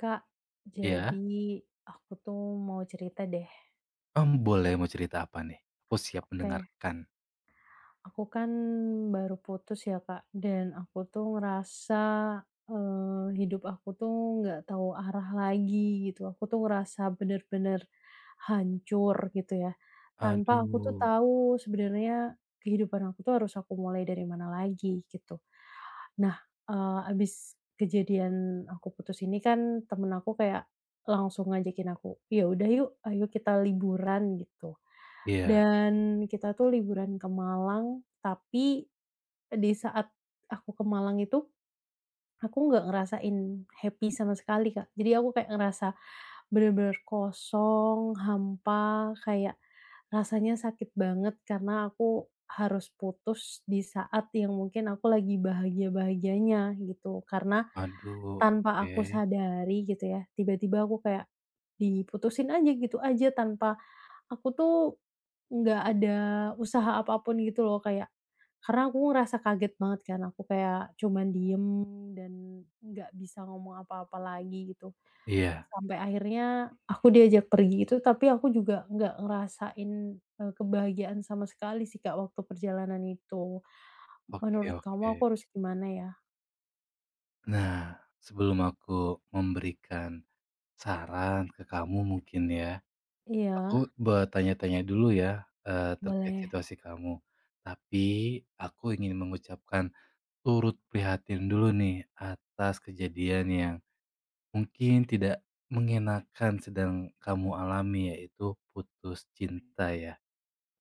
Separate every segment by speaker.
Speaker 1: Kak,
Speaker 2: Iya.
Speaker 1: jadi aku tuh mau cerita deh.
Speaker 2: Boleh mau cerita apa nih? Aku siap
Speaker 1: Oke.
Speaker 2: mendengarkan.
Speaker 1: Aku kan baru putus ya Kak, dan aku tuh ngerasa, hidup aku tuh nggak tahu arah lagi gitu. Aku tuh ngerasa bener-bener hancur gitu ya, tanpa aku tuh
Speaker 2: Aduh,
Speaker 1: tahu sebenarnya kehidupan aku tuh harus aku mulai dari mana lagi gitu. Nah, abis kejadian aku putus ini kan temen aku kayak langsung ngajakin aku, "Ya udah yuk, ayo kita liburan," gitu.
Speaker 2: iya,
Speaker 1: Dan kita tuh liburan ke Malang, tapi di saat aku ke Malang itu aku nggak ngerasain happy sama sekali, Kak. Jadi aku kayak ngerasa bener-bener kosong, hampa, kayak rasanya sakit banget karena aku harus putus di saat yang mungkin aku lagi bahagia-bahagianya gitu. Karena
Speaker 2: aduh,
Speaker 1: tanpa
Speaker 2: oke.
Speaker 1: aku sadari gitu ya, tiba-tiba aku kayak diputusin aja gitu aja tanpa aku tuh nggak ada usaha apapun gitu loh kayak karena aku ngerasa kaget banget kan, aku kayak cuman diem dan nggak bisa ngomong apa-apa lagi gitu.
Speaker 2: Iya,
Speaker 1: Sampai akhirnya aku diajak pergi itu, tapi aku juga nggak ngerasain, kebahagiaan sama sekali sih, Kak, waktu perjalanan itu.
Speaker 2: oke
Speaker 1: Menurut kamu
Speaker 2: oke.
Speaker 1: aku harus gimana ya?
Speaker 2: Nah, sebelum aku memberikan saran ke kamu mungkin ya, aku
Speaker 1: Iya,
Speaker 2: bertanya-tanya dulu ya, terkait
Speaker 1: boleh.
Speaker 2: situasi kamu. Tapi aku ingin mengucapkan turut prihatin dulu nih atas kejadian yang mungkin tidak mengenakan sedang kamu alami, yaitu putus cinta ya,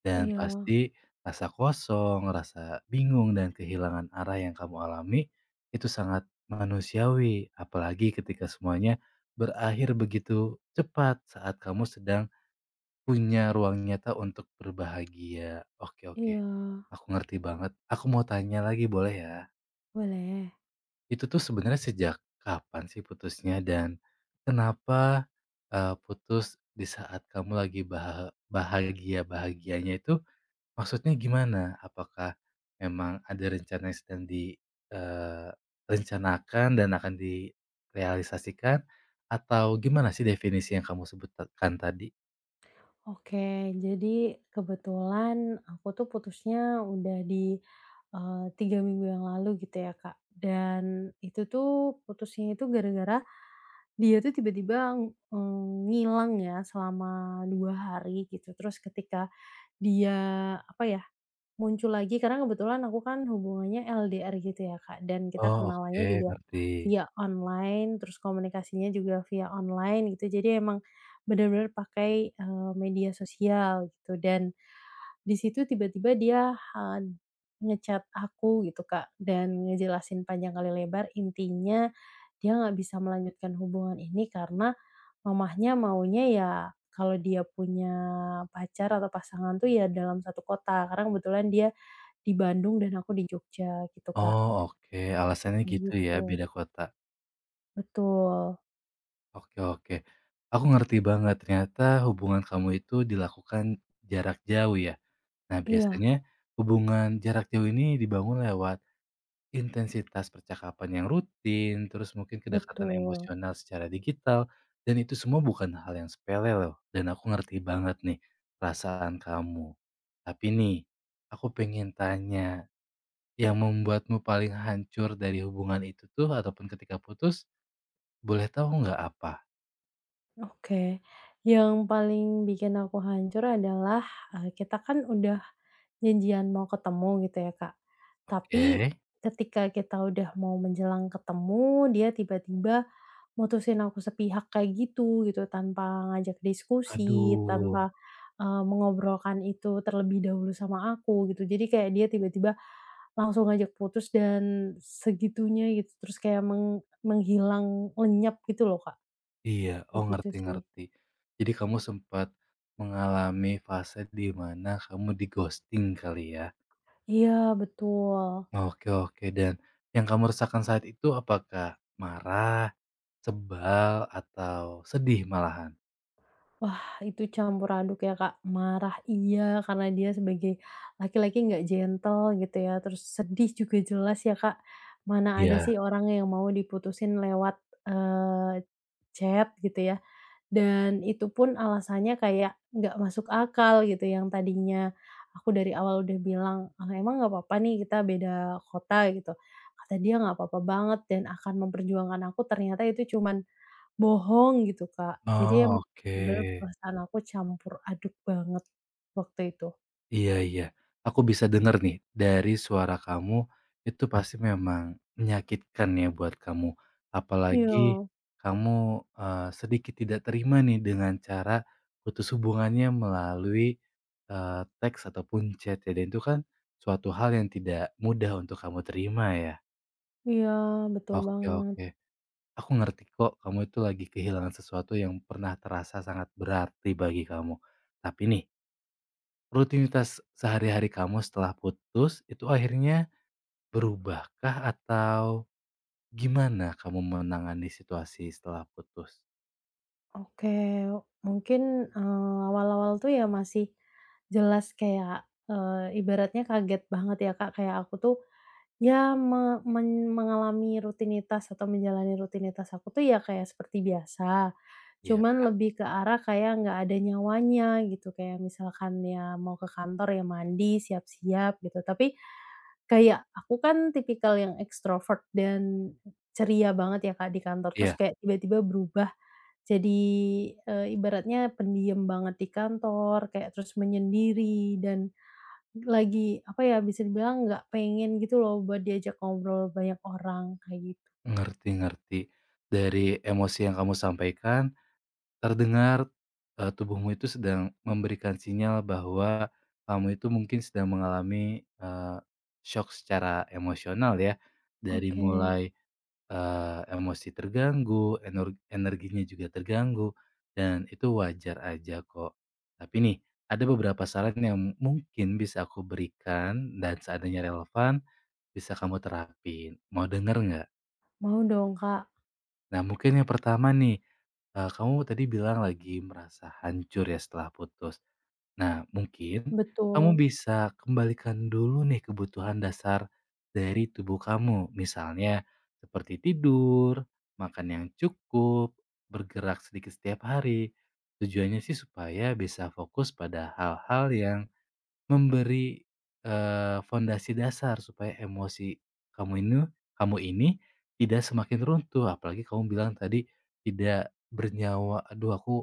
Speaker 2: dan
Speaker 1: Iya
Speaker 2: pasti rasa kosong, rasa bingung, dan kehilangan arah yang kamu alami itu sangat manusiawi, apalagi ketika semuanya berakhir begitu cepat saat kamu sedang punya ruang nyata untuk berbahagia. Oke oke,
Speaker 1: iya,
Speaker 2: aku ngerti banget. Aku mau tanya lagi boleh ya?
Speaker 1: boleh.
Speaker 2: Itu tuh sebenarnya sejak kapan sih putusnya dan kenapa, putus di saat kamu lagi bahagia-bahagianya itu maksudnya gimana? Apakah memang ada rencana yang sedang direncanakan dan akan direalisasikan atau gimana sih definisi yang kamu sebutkan tadi?
Speaker 1: Oke, jadi kebetulan aku tuh putusnya udah di 3 minggu yang lalu gitu ya, Kak. Dan itu tuh putusnya itu gara-gara dia tuh tiba-tiba, eee, ngilang ya selama 2 hari gitu. Terus ketika dia apa ya muncul lagi karena kebetulan aku kan hubungannya LDR gitu ya, Kak, dan kita
Speaker 2: Oh
Speaker 1: kenalannya
Speaker 2: oke,
Speaker 1: juga
Speaker 2: ngerti.
Speaker 1: via online, terus komunikasinya juga via online gitu. Jadi emang benar-benar pakai, media sosial gitu dan di situ tiba-tiba dia, nge aku gitu, Kak, dan ngejelasin panjang kali lebar intinya dia nggak bisa melanjutkan hubungan ini karena mamahnya maunya ya kalau dia punya pacar atau pasangan tuh ya dalam satu kota, karena kebetulan dia di Bandung dan aku di Jogja gitu, Kak,
Speaker 2: Oh oke, alasannya
Speaker 1: kayak
Speaker 2: gitu ya,
Speaker 1: gitu.
Speaker 2: beda kota.
Speaker 1: Betul,
Speaker 2: Oke oke. Aku ngerti banget ternyata hubungan kamu itu dilakukan jarak jauh ya. Nah,
Speaker 1: iya,
Speaker 2: biasanya hubungan jarak jauh ini dibangun lewat intensitas percakapan yang rutin, terus mungkin kedekatan
Speaker 1: betul.
Speaker 2: emosional secara digital, dan itu semua bukan hal yang sepele loh. Dan aku ngerti banget nih perasaan kamu. Tapi nih, aku pengen tanya, yang membuatmu paling hancur dari hubungan itu tuh ataupun ketika putus, boleh tahu nggak apa?
Speaker 1: Oke, yang paling bikin aku hancur adalah, kita kan udah janjian mau ketemu gitu ya, Kak. Tapi
Speaker 2: Oke.
Speaker 1: ketika kita udah mau menjelang ketemu, dia tiba-tiba mutusin aku sepihak kayak gitu gitu, tanpa ngajak diskusi,
Speaker 2: Aduh,
Speaker 1: tanpa, mengobrolkan itu terlebih dahulu sama aku gitu. Jadi kayak dia tiba-tiba langsung ngajak putus dan segitunya gitu, terus kayak menghilang lenyap gitu loh, Kak,
Speaker 2: iya.
Speaker 1: kayak
Speaker 2: Oh,
Speaker 1: gitu
Speaker 2: ngerti
Speaker 1: sih.
Speaker 2: ngerti. Jadi kamu sempat mengalami fase di mana kamu di-ghosting kali ya?
Speaker 1: Iya, betul.
Speaker 2: Oke oke, dan yang kamu rasakan saat itu apakah marah, sebal, atau sedih malahan?
Speaker 1: Wah, itu campur aduk ya, Kak. Marah iya, karena dia sebagai laki-laki nggak gentle gitu ya, terus sedih juga jelas ya, Kak. Mana ada sih
Speaker 2: Iya.
Speaker 1: orang yang mau diputusin lewat, eee, chat gitu ya, dan itu pun alasannya kayak nggak masuk akal gitu, yang tadinya aku dari awal udah bilang, "Ah, emang nggak apa-apa nih kita beda kota?" Gitu. Kata dia, "Nggak apa-apa banget," dan akan memperjuangkan aku, ternyata itu cuman bohong gitu, Kak. Jadi
Speaker 2: Oh,
Speaker 1: emang bener-bener
Speaker 2: oke.
Speaker 1: perasaan aku campur aduk banget waktu itu.
Speaker 2: Iya iya, aku bisa denger nih dari suara kamu, itu pasti memang menyakitkan ya buat kamu. Apalagi
Speaker 1: Iya
Speaker 2: kamu, sedikit tidak terima nih dengan cara putus hubungannya melalui, teks ataupun chat ya, dan itu kan suatu hal yang tidak mudah untuk kamu terima ya.
Speaker 1: iya, betul
Speaker 2: Oke
Speaker 1: banget.
Speaker 2: oke, aku ngerti kok kamu itu lagi kehilangan sesuatu yang pernah terasa sangat berarti bagi kamu. Tapi nih, rutinitas sehari-hari kamu setelah putus itu akhirnya berubahkah atau gimana kamu menangani situasi setelah putus?
Speaker 1: Oke, mungkin, awal-awal tuh ya masih jelas kayak, ibaratnya kaget banget ya, Kak, kayak aku tuh ya, me men mengalami rutinitas atau menjalani rutinitas aku tuh ya kayak seperti biasa,
Speaker 2: Iya
Speaker 1: cuman lebih ke arah kayak nggak ada nyawanya gitu, kayak misalkan ya mau ke kantor ya mandi, siap-siap gitu. Tapi kayak aku kan tipikal yang ekstrovert dan ceria banget ya Kak di kantor, terus
Speaker 2: iya,
Speaker 1: kayak tiba-tiba berubah jadi, ibaratnya pendiam banget di kantor, kayak terus menyendiri dan lagi, apa ya, bisa dibilang nggak pengen gitu loh buat diajak ngobrol banyak orang, kayak gitu.
Speaker 2: ngerti ngerti. Dari emosi yang kamu sampaikan terdengar, tubuhmu itu sedang memberikan sinyal bahwa kamu itu mungkin sedang mengalami, syok secara emosional ya, dari
Speaker 1: Oke,
Speaker 2: mulai emosi terganggu, energinya juga terganggu, dan itu wajar aja kok. Tapi nih, ada beberapa saran yang mungkin bisa aku berikan dan seandainya relevan, bisa kamu terapin. Mau denger nggak?
Speaker 1: mau dong, Kak.
Speaker 2: Nah mungkin yang pertama nih, kamu tadi bilang lagi merasa hancur ya setelah putus. Nah, mungkin kamu
Speaker 1: Betul,
Speaker 2: bisa kembalikan dulu nih kebutuhan dasar dari tubuh kamu. Misalnya seperti tidur, makan yang cukup, bergerak sedikit setiap hari. Tujuannya sih supaya bisa fokus pada hal-hal yang memberi fondasi dasar supaya emosi kamu ini kamu ini tidak semakin runtuh. Apalagi kamu bilang tadi tidak bernyawa. Aduh, aku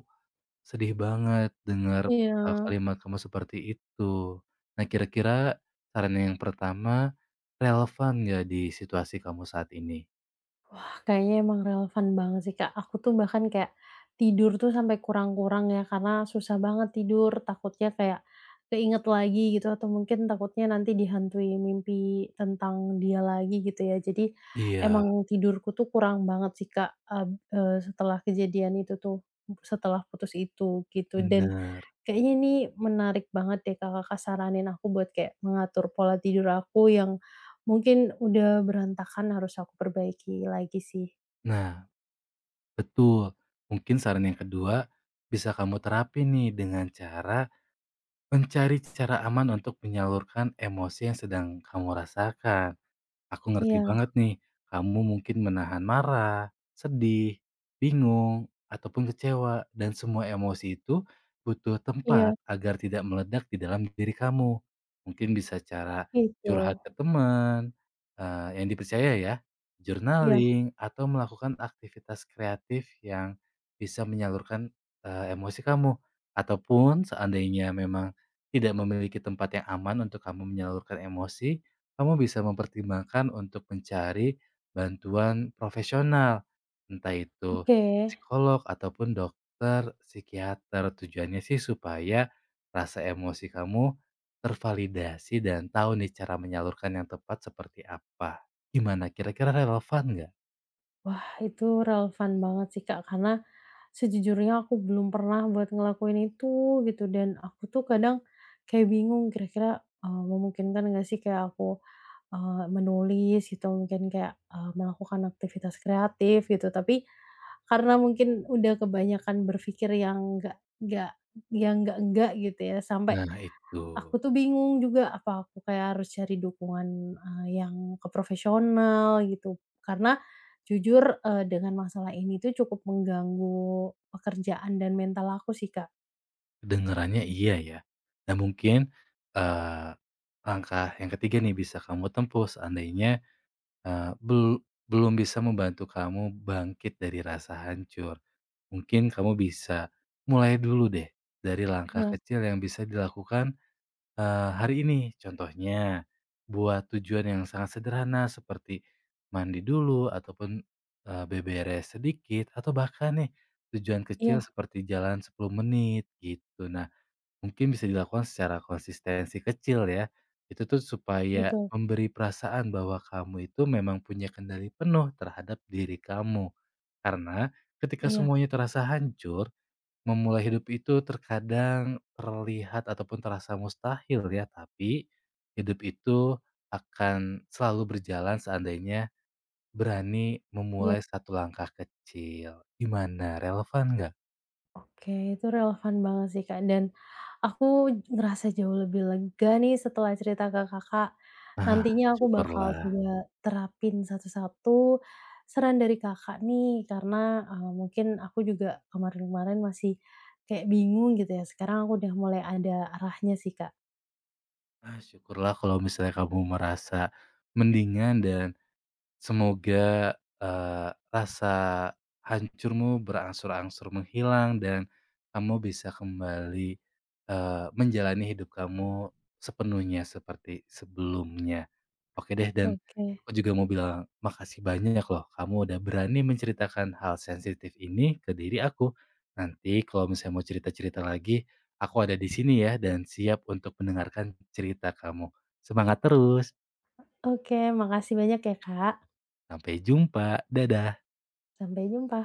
Speaker 2: sedih banget dengar,
Speaker 1: iya.
Speaker 2: kalimat kamu seperti itu. Nah, kira-kira saran yang pertama relevan nggak di situasi kamu saat ini?
Speaker 1: Wah, kayaknya emang relevan banget sih, Kak. Aku tuh bahkan kayak tidur tuh sampai kurang-kurang ya, karena susah banget tidur, takutnya kayak keinget lagi gitu atau mungkin takutnya nanti dihantui mimpi tentang dia lagi gitu ya. Jadi
Speaker 2: Iya,
Speaker 1: emang tidurku tuh kurang banget sih, Kak, setelah kejadian itu tuh, setelah putus itu gitu dan
Speaker 2: bener.
Speaker 1: kayaknya ini menarik banget deh Kakak saranin aku buat kayak mengatur pola tidur aku yang mungkin udah berantakan harus aku perbaiki lagi sih.
Speaker 2: Nah, betul. Mungkin saran yang kedua bisa kamu terapin nih dengan cara mencari cara aman untuk menyalurkan emosi yang sedang kamu rasakan. Aku ngerti
Speaker 1: Iya
Speaker 2: banget nih, kamu mungkin menahan marah, sedih, bingung, ataupun kecewa, dan semua emosi itu butuh
Speaker 1: iya,
Speaker 2: tempat agar tidak meledak di dalam diri kamu. Mungkin bisa cara curhat
Speaker 1: gitu.
Speaker 2: ke teman, yang dipercaya ya,
Speaker 1: Iya,
Speaker 2: journaling, atau melakukan aktivitas kreatif yang bisa menyalurkan emosi kamu. Ataupun seandainya memang tidak memiliki tempat yang aman untuk kamu menyalurkan emosi, kamu bisa mempertimbangkan untuk mencari bantuan profesional, entah itu
Speaker 1: oke.
Speaker 2: psikolog ataupun dokter psikiater. Tujuannya sih supaya rasa emosi kamu tervalidasi dan tahu nih cara menyalurkan yang tepat seperti apa. Gimana kira-kira relevan nggak?
Speaker 1: Wah, itu relevan banget sih, Kak, karena sejujurnya aku belum pernah buat ngelakuin itu gitu dan aku tuh kadang kayak bingung kira-kira, memungkinkan nggak sih kayak aku, menulis gitu mungkin kayak, melakukan aktivitas kreatif gitu. Tapi karena mungkin udah kebanyakan berpikir yang enggak yang enggak-enggak gitu ya sampai
Speaker 2: Nah itu,
Speaker 1: aku tuh bingung juga, apa aku kayak harus cari dukungan, yang ke profesional gitu. Karena jujur, dengan masalah ini tuh cukup mengganggu pekerjaan dan mental aku sih, Kak.
Speaker 2: kedengarannya iya ya. Nah mungkin, eee, langkah yang ketiga nih bisa kamu tempuh seandainya Eee, bel belum bisa membantu kamu bangkit dari rasa hancur. Mungkin kamu bisa mulai dulu deh dari langkah
Speaker 1: Iya
Speaker 2: kecil yang bisa dilakukan, hari ini. Contohnya, buat tujuan yang sangat sederhana seperti mandi dulu ataupun, beberes sedikit atau bahkan nih tujuan kecil
Speaker 1: iya,
Speaker 2: seperti jalan 10 menit gitu. Nah, mungkin bisa dilakukan secara konsistensi kecil ya, itu tuh supaya
Speaker 1: betul.
Speaker 2: memberi perasaan bahwa kamu itu memang punya kendali penuh terhadap diri kamu. Karena ketika
Speaker 1: Iya
Speaker 2: semuanya terasa hancur, memulai hidup itu terkadang terlihat ataupun terasa mustahil ya, tapi hidup itu akan selalu berjalan seandainya berani
Speaker 1: iya.
Speaker 2: memulai satu langkah kecil. Gimana, relevan nggak?
Speaker 1: Oke, itu relevan banget sih, Kak, dan aku ngerasa jauh lebih lega nih setelah cerita ke Kakak.
Speaker 2: Ah,
Speaker 1: Nantinya aku bakal
Speaker 2: syukurlah.
Speaker 1: coba terapin satu-satu saran dari Kakak nih, karena, mungkin aku juga kemarin-kemarin masih kayak bingung gitu ya, sekarang aku udah mulai ada arahnya sih, Kak.
Speaker 2: Ah, syukurlah kalau misalnya kamu merasa mendingan dan semoga, rasa hancurmu berangsur-angsur menghilang dan kamu bisa kembali, menjalani hidup kamu sepenuhnya seperti sebelumnya. Oke deh dan
Speaker 1: Oke
Speaker 2: aku juga mau bilang makasih banyak loh kamu udah berani menceritakan hal sensitif ini ke diri aku. Nanti kalau misalnya mau cerita-cerita lagi, aku ada di sini ya dan siap untuk mendengarkan cerita kamu. Semangat terus,
Speaker 1: oke, makasih banyak ya, Kak.
Speaker 2: sampai jumpa, dadah.
Speaker 1: Sampai jumpa.